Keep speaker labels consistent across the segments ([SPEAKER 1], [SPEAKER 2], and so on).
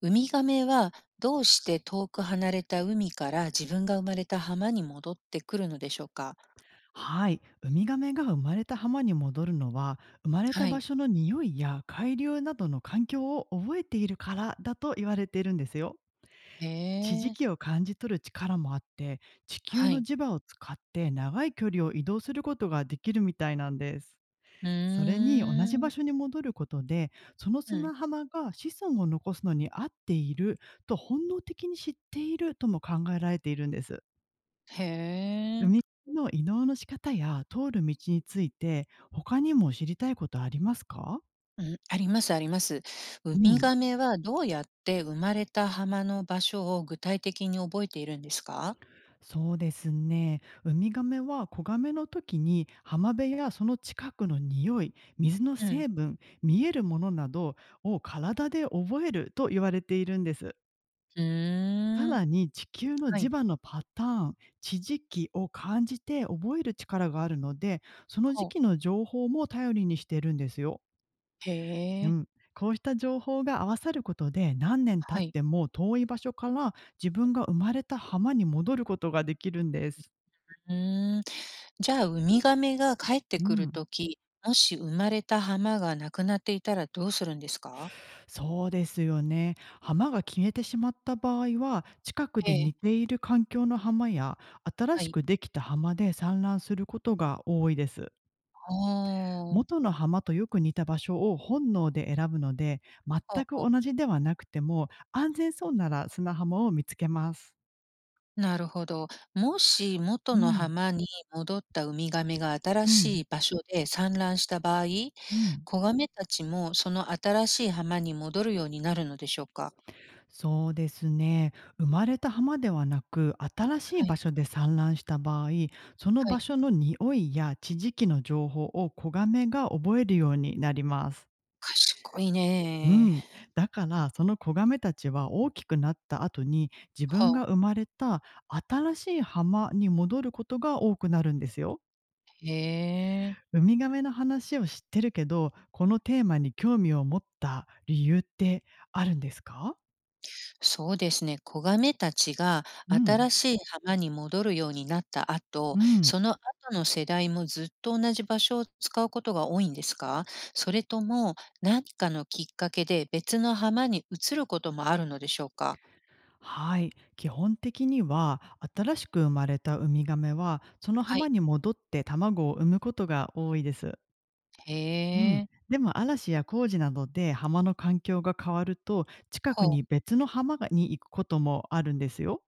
[SPEAKER 1] ウミガメはどうして遠く離れた海から自分が生まれた浜に戻ってくるのでしょうか。
[SPEAKER 2] はい、ウミガメが生まれた浜に戻るのは生まれた
[SPEAKER 1] は
[SPEAKER 2] 場
[SPEAKER 1] い。
[SPEAKER 2] 所の匂いや海流などの環境を覚えているからだと言われているんですよ。
[SPEAKER 1] へ
[SPEAKER 2] 地磁
[SPEAKER 1] え。
[SPEAKER 2] 気を感じ取る力もあって地球
[SPEAKER 1] は
[SPEAKER 2] の
[SPEAKER 1] い。
[SPEAKER 2] 磁場を使って長い距離を移動することができるみたいなんです。
[SPEAKER 1] う
[SPEAKER 2] それに同じ
[SPEAKER 1] ー
[SPEAKER 2] 場
[SPEAKER 1] ん。
[SPEAKER 2] 所に戻ることでその
[SPEAKER 1] うん。
[SPEAKER 2] 砂浜が子孫を残すのに合っていると本能的に知っているとも考えられているんです。
[SPEAKER 1] へえ。
[SPEAKER 2] 海辺の移動の仕方や通る道について、他にも知りたいことありますか？
[SPEAKER 1] うん、ありますあります。ウ
[SPEAKER 2] う
[SPEAKER 1] ミ
[SPEAKER 2] ん、
[SPEAKER 1] ガメはどうやって生まれた浜の場所を具体的に覚えているんですか。
[SPEAKER 2] そうですね。ウミガメは子ガメの時に浜辺やその近くの匂い、水の
[SPEAKER 1] うん。
[SPEAKER 2] 成分、見えるものなどを体で覚えると言われているんです。
[SPEAKER 1] う
[SPEAKER 2] さ
[SPEAKER 1] ーん。
[SPEAKER 2] らに地球の
[SPEAKER 1] は
[SPEAKER 2] 磁
[SPEAKER 1] い。
[SPEAKER 2] 場のパターン、地磁気を感じて覚える力があるので、その時
[SPEAKER 1] ほう。
[SPEAKER 2] 期の情報も頼りにしているんですよ。
[SPEAKER 1] へ
[SPEAKER 2] う
[SPEAKER 1] え。
[SPEAKER 2] ん、こうした情報が合わさることで何年経
[SPEAKER 1] は
[SPEAKER 2] っ
[SPEAKER 1] い。
[SPEAKER 2] ても遠い場所から自分が生まれた浜に戻ることができるんです。
[SPEAKER 1] うーん。じゃあ、ウミガメが帰って
[SPEAKER 2] う
[SPEAKER 1] くる
[SPEAKER 2] ん、
[SPEAKER 1] とき、もし生まれた浜がなくなっていたらどうするんですか？
[SPEAKER 2] そうですよね。浜が消えてしまった場合は近く
[SPEAKER 1] え
[SPEAKER 2] で
[SPEAKER 1] え、
[SPEAKER 2] 似ている環境の浜や新
[SPEAKER 1] は
[SPEAKER 2] し
[SPEAKER 1] い。
[SPEAKER 2] くできた浜で産卵することが多いです。
[SPEAKER 1] ああ、
[SPEAKER 2] 元の浜とよく似た場所を本能で選ぶので
[SPEAKER 1] ほう
[SPEAKER 2] 全く
[SPEAKER 1] ほう、
[SPEAKER 2] 同じではなくても安全そうなら砂浜を見つけます。
[SPEAKER 1] なるほど。もし元
[SPEAKER 2] う
[SPEAKER 1] の
[SPEAKER 2] ん、
[SPEAKER 1] 浜に戻ったウミガメが新
[SPEAKER 2] う
[SPEAKER 1] し
[SPEAKER 2] ん、
[SPEAKER 1] い場所で産卵した場合、
[SPEAKER 2] うん。
[SPEAKER 1] 子ガメたちもその新しい浜に戻るようになるのでしょうか？
[SPEAKER 2] そうですね。生まれた浜ではなく、新しい
[SPEAKER 1] は
[SPEAKER 2] 場
[SPEAKER 1] い、
[SPEAKER 2] 所で産卵した場合、その
[SPEAKER 1] はい、
[SPEAKER 2] 場所の匂いや地磁気の情報を子ガメが覚えるようになります。
[SPEAKER 1] 賢い
[SPEAKER 2] う
[SPEAKER 1] ね。
[SPEAKER 2] ん。だから、その子ガメたちは大きくなった後に、自
[SPEAKER 1] は
[SPEAKER 2] 分
[SPEAKER 1] あ、
[SPEAKER 2] が生まれた新しい浜に戻ることが多くなるんですよ。
[SPEAKER 1] へえ。
[SPEAKER 2] ウミガメの話を知ってるけど、このテーマに興味を持った理由ってあるんですか？
[SPEAKER 1] そうですね。子亀たちが
[SPEAKER 2] うん。
[SPEAKER 1] 新しい浜に戻るようになった
[SPEAKER 2] う
[SPEAKER 1] 後、
[SPEAKER 2] ん。
[SPEAKER 1] その後の世代もずっと同じ場所を使うことが多いんですか？それとも何かのきっかけで別の浜に移ることもあるのでしょうか。
[SPEAKER 2] はい、基本的には新しく生まれたウミガメはその
[SPEAKER 1] は
[SPEAKER 2] 浜
[SPEAKER 1] い。
[SPEAKER 2] に戻って卵を産むことが多いです。
[SPEAKER 1] へ
[SPEAKER 2] うん、
[SPEAKER 1] え。
[SPEAKER 2] でも嵐や工事などで浜の環境が変わると近く
[SPEAKER 1] ほう。
[SPEAKER 2] に別の浜がに行くこともあるんですよ。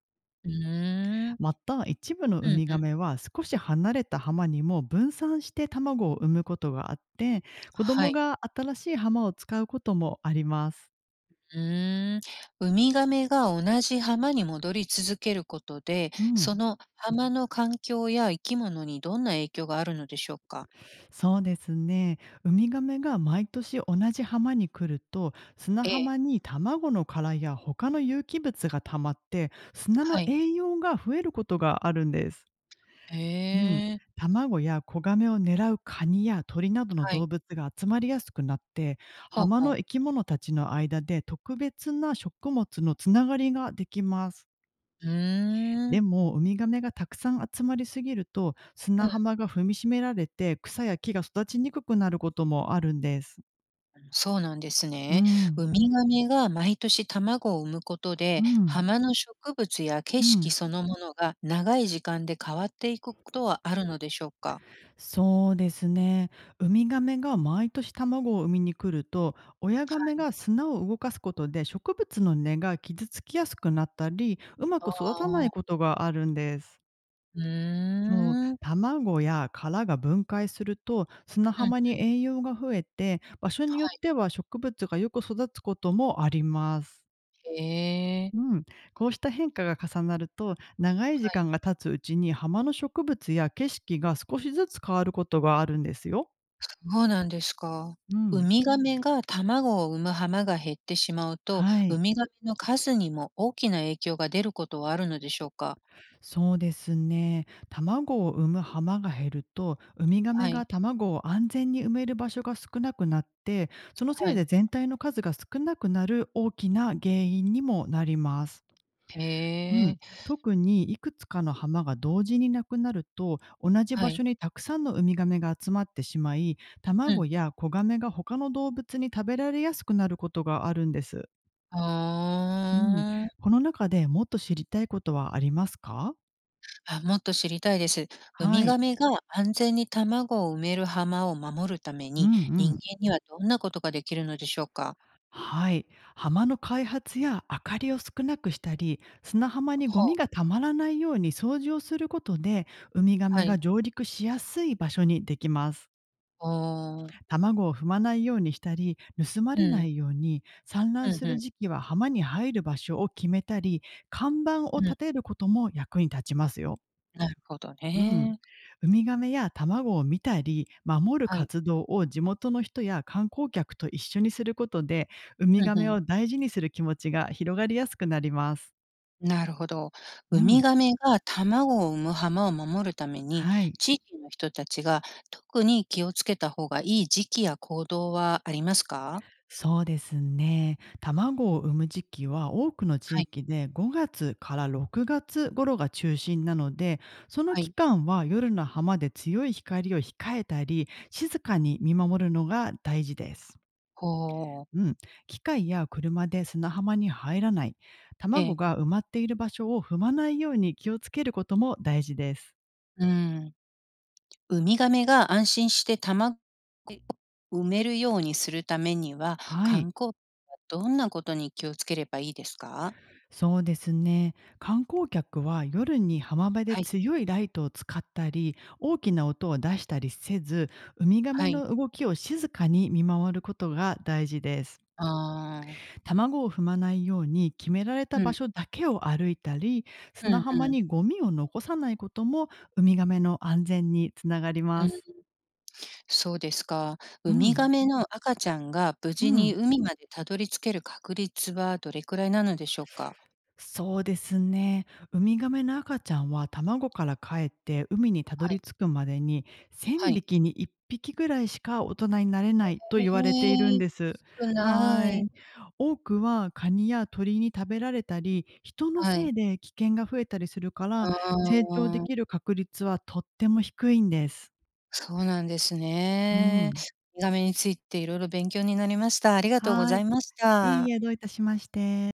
[SPEAKER 1] うーん。
[SPEAKER 2] また一部の
[SPEAKER 1] う
[SPEAKER 2] ウ
[SPEAKER 1] ん
[SPEAKER 2] ミ
[SPEAKER 1] う
[SPEAKER 2] ガ
[SPEAKER 1] ん。
[SPEAKER 2] メは少し離れた浜にも分散して卵を産むことがあって子
[SPEAKER 1] は
[SPEAKER 2] 供
[SPEAKER 1] い。
[SPEAKER 2] が新しい浜を使うこともあります。
[SPEAKER 1] うーん。ウミガメが同じ浜に戻り続けることで、
[SPEAKER 2] う
[SPEAKER 1] そ
[SPEAKER 2] ん。
[SPEAKER 1] の浜の環境や生き物にどんな影響があるのでしょうか。
[SPEAKER 2] そうですね。ウミガメが毎年同じ浜に来ると、砂
[SPEAKER 1] ええ。
[SPEAKER 2] 浜に卵の殻や他の有機物が溜まって、砂の
[SPEAKER 1] はい。
[SPEAKER 2] 栄養が増えることがあるんです。
[SPEAKER 1] へ
[SPEAKER 2] うん。
[SPEAKER 1] え。
[SPEAKER 2] 卵や子ガメを狙うカニや鳥などの
[SPEAKER 1] は
[SPEAKER 2] 動
[SPEAKER 1] い。
[SPEAKER 2] 物が集まりやすくなって、
[SPEAKER 1] ほう
[SPEAKER 2] 浜
[SPEAKER 1] ほう。
[SPEAKER 2] の生き物たちの間で特別な食物のつながりができます。
[SPEAKER 1] うー
[SPEAKER 2] で
[SPEAKER 1] ん。
[SPEAKER 2] も、ウミガメがたくさん集まりすぎると、
[SPEAKER 1] う
[SPEAKER 2] 砂
[SPEAKER 1] ん、
[SPEAKER 2] 浜が踏みしめられて、草や木が育ちにくくなることもあるんです。
[SPEAKER 1] そうなんです
[SPEAKER 2] う
[SPEAKER 1] ね。
[SPEAKER 2] ん、
[SPEAKER 1] ウミガメが毎年卵を産むこと
[SPEAKER 2] う
[SPEAKER 1] で、
[SPEAKER 2] ん、
[SPEAKER 1] 浜の植物や景
[SPEAKER 2] う
[SPEAKER 1] 色
[SPEAKER 2] ん。
[SPEAKER 1] そのものが長い時間で変わっていくことはあるのでしょうか？
[SPEAKER 2] そうですね。ウミガメが毎年卵を産みに来ると、親ガ
[SPEAKER 1] は
[SPEAKER 2] メ
[SPEAKER 1] い。
[SPEAKER 2] が砂を動かすことで植物の根が傷つきやすくなったり、うま
[SPEAKER 1] あ
[SPEAKER 2] く育たない
[SPEAKER 1] あ、
[SPEAKER 2] ことがあるんです。
[SPEAKER 1] う
[SPEAKER 2] そう、
[SPEAKER 1] ーん。
[SPEAKER 2] 卵や殻が分解すると砂
[SPEAKER 1] うん
[SPEAKER 2] 浜
[SPEAKER 1] う
[SPEAKER 2] に
[SPEAKER 1] ん。
[SPEAKER 2] 栄養が増えて、場所によっては植物がよく育つこともあります。
[SPEAKER 1] へえ。
[SPEAKER 2] うん、こうした変化が重なると長い時
[SPEAKER 1] はい、
[SPEAKER 2] 間が経つうちに浜の植物や景色が少しずつ変わることがあるんですよ。
[SPEAKER 1] そうなんですか。
[SPEAKER 2] う
[SPEAKER 1] ウ
[SPEAKER 2] ん、
[SPEAKER 1] ミガメが卵を産む浜が減ってしまうと、
[SPEAKER 2] は
[SPEAKER 1] ウ
[SPEAKER 2] い。
[SPEAKER 1] ミガメの数にも大きな影響が出ることはあるのでしょうか？
[SPEAKER 2] そうですね。卵を産む浜が減ると、ウミガメ
[SPEAKER 1] は
[SPEAKER 2] が
[SPEAKER 1] い。
[SPEAKER 2] 卵を安全に産める場所が少なくなって、その
[SPEAKER 1] は
[SPEAKER 2] せい
[SPEAKER 1] い。
[SPEAKER 2] で全体の数が少なくなる大きな原因にもなります。う
[SPEAKER 1] へ
[SPEAKER 2] ん、
[SPEAKER 1] え、
[SPEAKER 2] 特にいくつかの浜が同時になくなると同じ
[SPEAKER 1] は
[SPEAKER 2] 場所
[SPEAKER 1] い。
[SPEAKER 2] にたくさんのウミガメが集まってしまい
[SPEAKER 1] う
[SPEAKER 2] 卵
[SPEAKER 1] ん。
[SPEAKER 2] や子ガメが他の動物に食べられやすくなることがあるんです。うん、
[SPEAKER 1] あ
[SPEAKER 2] こ
[SPEAKER 1] あ。
[SPEAKER 2] の中でもっと知りたいことはありますか？
[SPEAKER 1] あ、もっと知りたいです。ウ
[SPEAKER 2] は
[SPEAKER 1] ミ
[SPEAKER 2] い、
[SPEAKER 1] ガメが安全に卵を埋める浜を守るため
[SPEAKER 2] うん
[SPEAKER 1] に、
[SPEAKER 2] う
[SPEAKER 1] 人間
[SPEAKER 2] ん、
[SPEAKER 1] にはどんなことができるのでしょうか？
[SPEAKER 2] はい。浜の開発や明かりを少なくしたり、砂浜にゴ
[SPEAKER 1] は、
[SPEAKER 2] ミがたまらないように掃除をすることで、ウミガメ
[SPEAKER 1] は
[SPEAKER 2] が
[SPEAKER 1] い。
[SPEAKER 2] 上陸しやすい場所にできます。
[SPEAKER 1] ああ。
[SPEAKER 2] 卵を踏まないようにしたり、盗ま
[SPEAKER 1] う
[SPEAKER 2] れな
[SPEAKER 1] ん。
[SPEAKER 2] いように、産
[SPEAKER 1] う
[SPEAKER 2] 卵す
[SPEAKER 1] んう
[SPEAKER 2] る
[SPEAKER 1] ん。
[SPEAKER 2] 時期は浜に入る場所を決めたり、看板を
[SPEAKER 1] うん、
[SPEAKER 2] 立てることも役に立ちますよ。
[SPEAKER 1] なるほど
[SPEAKER 2] うん。
[SPEAKER 1] ね。
[SPEAKER 2] ウミガメや卵を見たり、守る
[SPEAKER 1] はい。
[SPEAKER 2] 活動を地元の人や観光客と一緒にすることで、ウ
[SPEAKER 1] う
[SPEAKER 2] ミガメ
[SPEAKER 1] んう
[SPEAKER 2] を
[SPEAKER 1] ん。
[SPEAKER 2] 大事にする気持ちが広がりやすくなります。
[SPEAKER 1] なるほど。
[SPEAKER 2] う
[SPEAKER 1] ウミ
[SPEAKER 2] ん。
[SPEAKER 1] ガメが卵を産む浜を守るために、
[SPEAKER 2] はい。
[SPEAKER 1] 地域の人たちが特に気をつけた方がいい時期や行動はありますか？
[SPEAKER 2] そうですね。卵を産む時期は多くの地
[SPEAKER 1] はい。
[SPEAKER 2] 域で5月から6月頃が中心なので、その
[SPEAKER 1] は
[SPEAKER 2] 期
[SPEAKER 1] い。
[SPEAKER 2] 間は夜の浜で強い光を控えたり、静かに見守るのが大事です。
[SPEAKER 1] ほう。
[SPEAKER 2] うん、機械や車で砂浜に入らない、
[SPEAKER 1] え
[SPEAKER 2] 卵
[SPEAKER 1] え。
[SPEAKER 2] が埋まっている場所を踏まないように気をつけることも大事です。
[SPEAKER 1] うん。ウミガメが安心して卵を埋めるようにするためには、
[SPEAKER 2] は
[SPEAKER 1] 観
[SPEAKER 2] い、
[SPEAKER 1] 光はどんなことに気をつければいいですか？
[SPEAKER 2] そうですね。観光客は夜に浜辺で
[SPEAKER 1] はい、
[SPEAKER 2] 強いライトを使ったり、大きな音を出したりせず、ウミガメ
[SPEAKER 1] はい。
[SPEAKER 2] の動きを静かに見守ることが大事です。
[SPEAKER 1] ああ、
[SPEAKER 2] 卵を踏まないように決められた
[SPEAKER 1] う
[SPEAKER 2] 場
[SPEAKER 1] ん、
[SPEAKER 2] 所だけを歩いたり、
[SPEAKER 1] うん、
[SPEAKER 2] 砂浜
[SPEAKER 1] うん、
[SPEAKER 2] にゴミを残さないこともウミガメの安全につながり
[SPEAKER 1] う
[SPEAKER 2] ま
[SPEAKER 1] ん。
[SPEAKER 2] す。
[SPEAKER 1] そうですか。
[SPEAKER 2] う
[SPEAKER 1] ウミガ
[SPEAKER 2] ん、
[SPEAKER 1] メの赤ちゃんが無
[SPEAKER 2] う
[SPEAKER 1] 事に
[SPEAKER 2] ん。
[SPEAKER 1] 海までたどり着ける確率はどれくらいなのでしょうか？
[SPEAKER 2] そうですね。ウミガメの赤ちゃんは卵からかえって海にたど
[SPEAKER 1] は
[SPEAKER 2] り
[SPEAKER 1] い、
[SPEAKER 2] 着くまでに
[SPEAKER 1] は
[SPEAKER 2] 1000
[SPEAKER 1] い。
[SPEAKER 2] 匹に1匹ぐらいしか大人になれないと
[SPEAKER 1] え
[SPEAKER 2] 言われているん
[SPEAKER 1] え、
[SPEAKER 2] です。
[SPEAKER 1] 少な
[SPEAKER 2] はい。
[SPEAKER 1] い。
[SPEAKER 2] 多くはカニや鳥に食べられたり、人の
[SPEAKER 1] は
[SPEAKER 2] せい
[SPEAKER 1] い。
[SPEAKER 2] で危険が増えたりするから、
[SPEAKER 1] あ
[SPEAKER 2] 成長でき
[SPEAKER 1] あ。
[SPEAKER 2] る確率はとっても低いんです。
[SPEAKER 1] そうなんです
[SPEAKER 2] う
[SPEAKER 1] ね。
[SPEAKER 2] ん。
[SPEAKER 1] ウミガメについていろいろ勉強になりました。ありがとうご
[SPEAKER 2] は
[SPEAKER 1] ざ
[SPEAKER 2] い。
[SPEAKER 1] いまし
[SPEAKER 2] いい
[SPEAKER 1] た。
[SPEAKER 2] え、どういたしまして。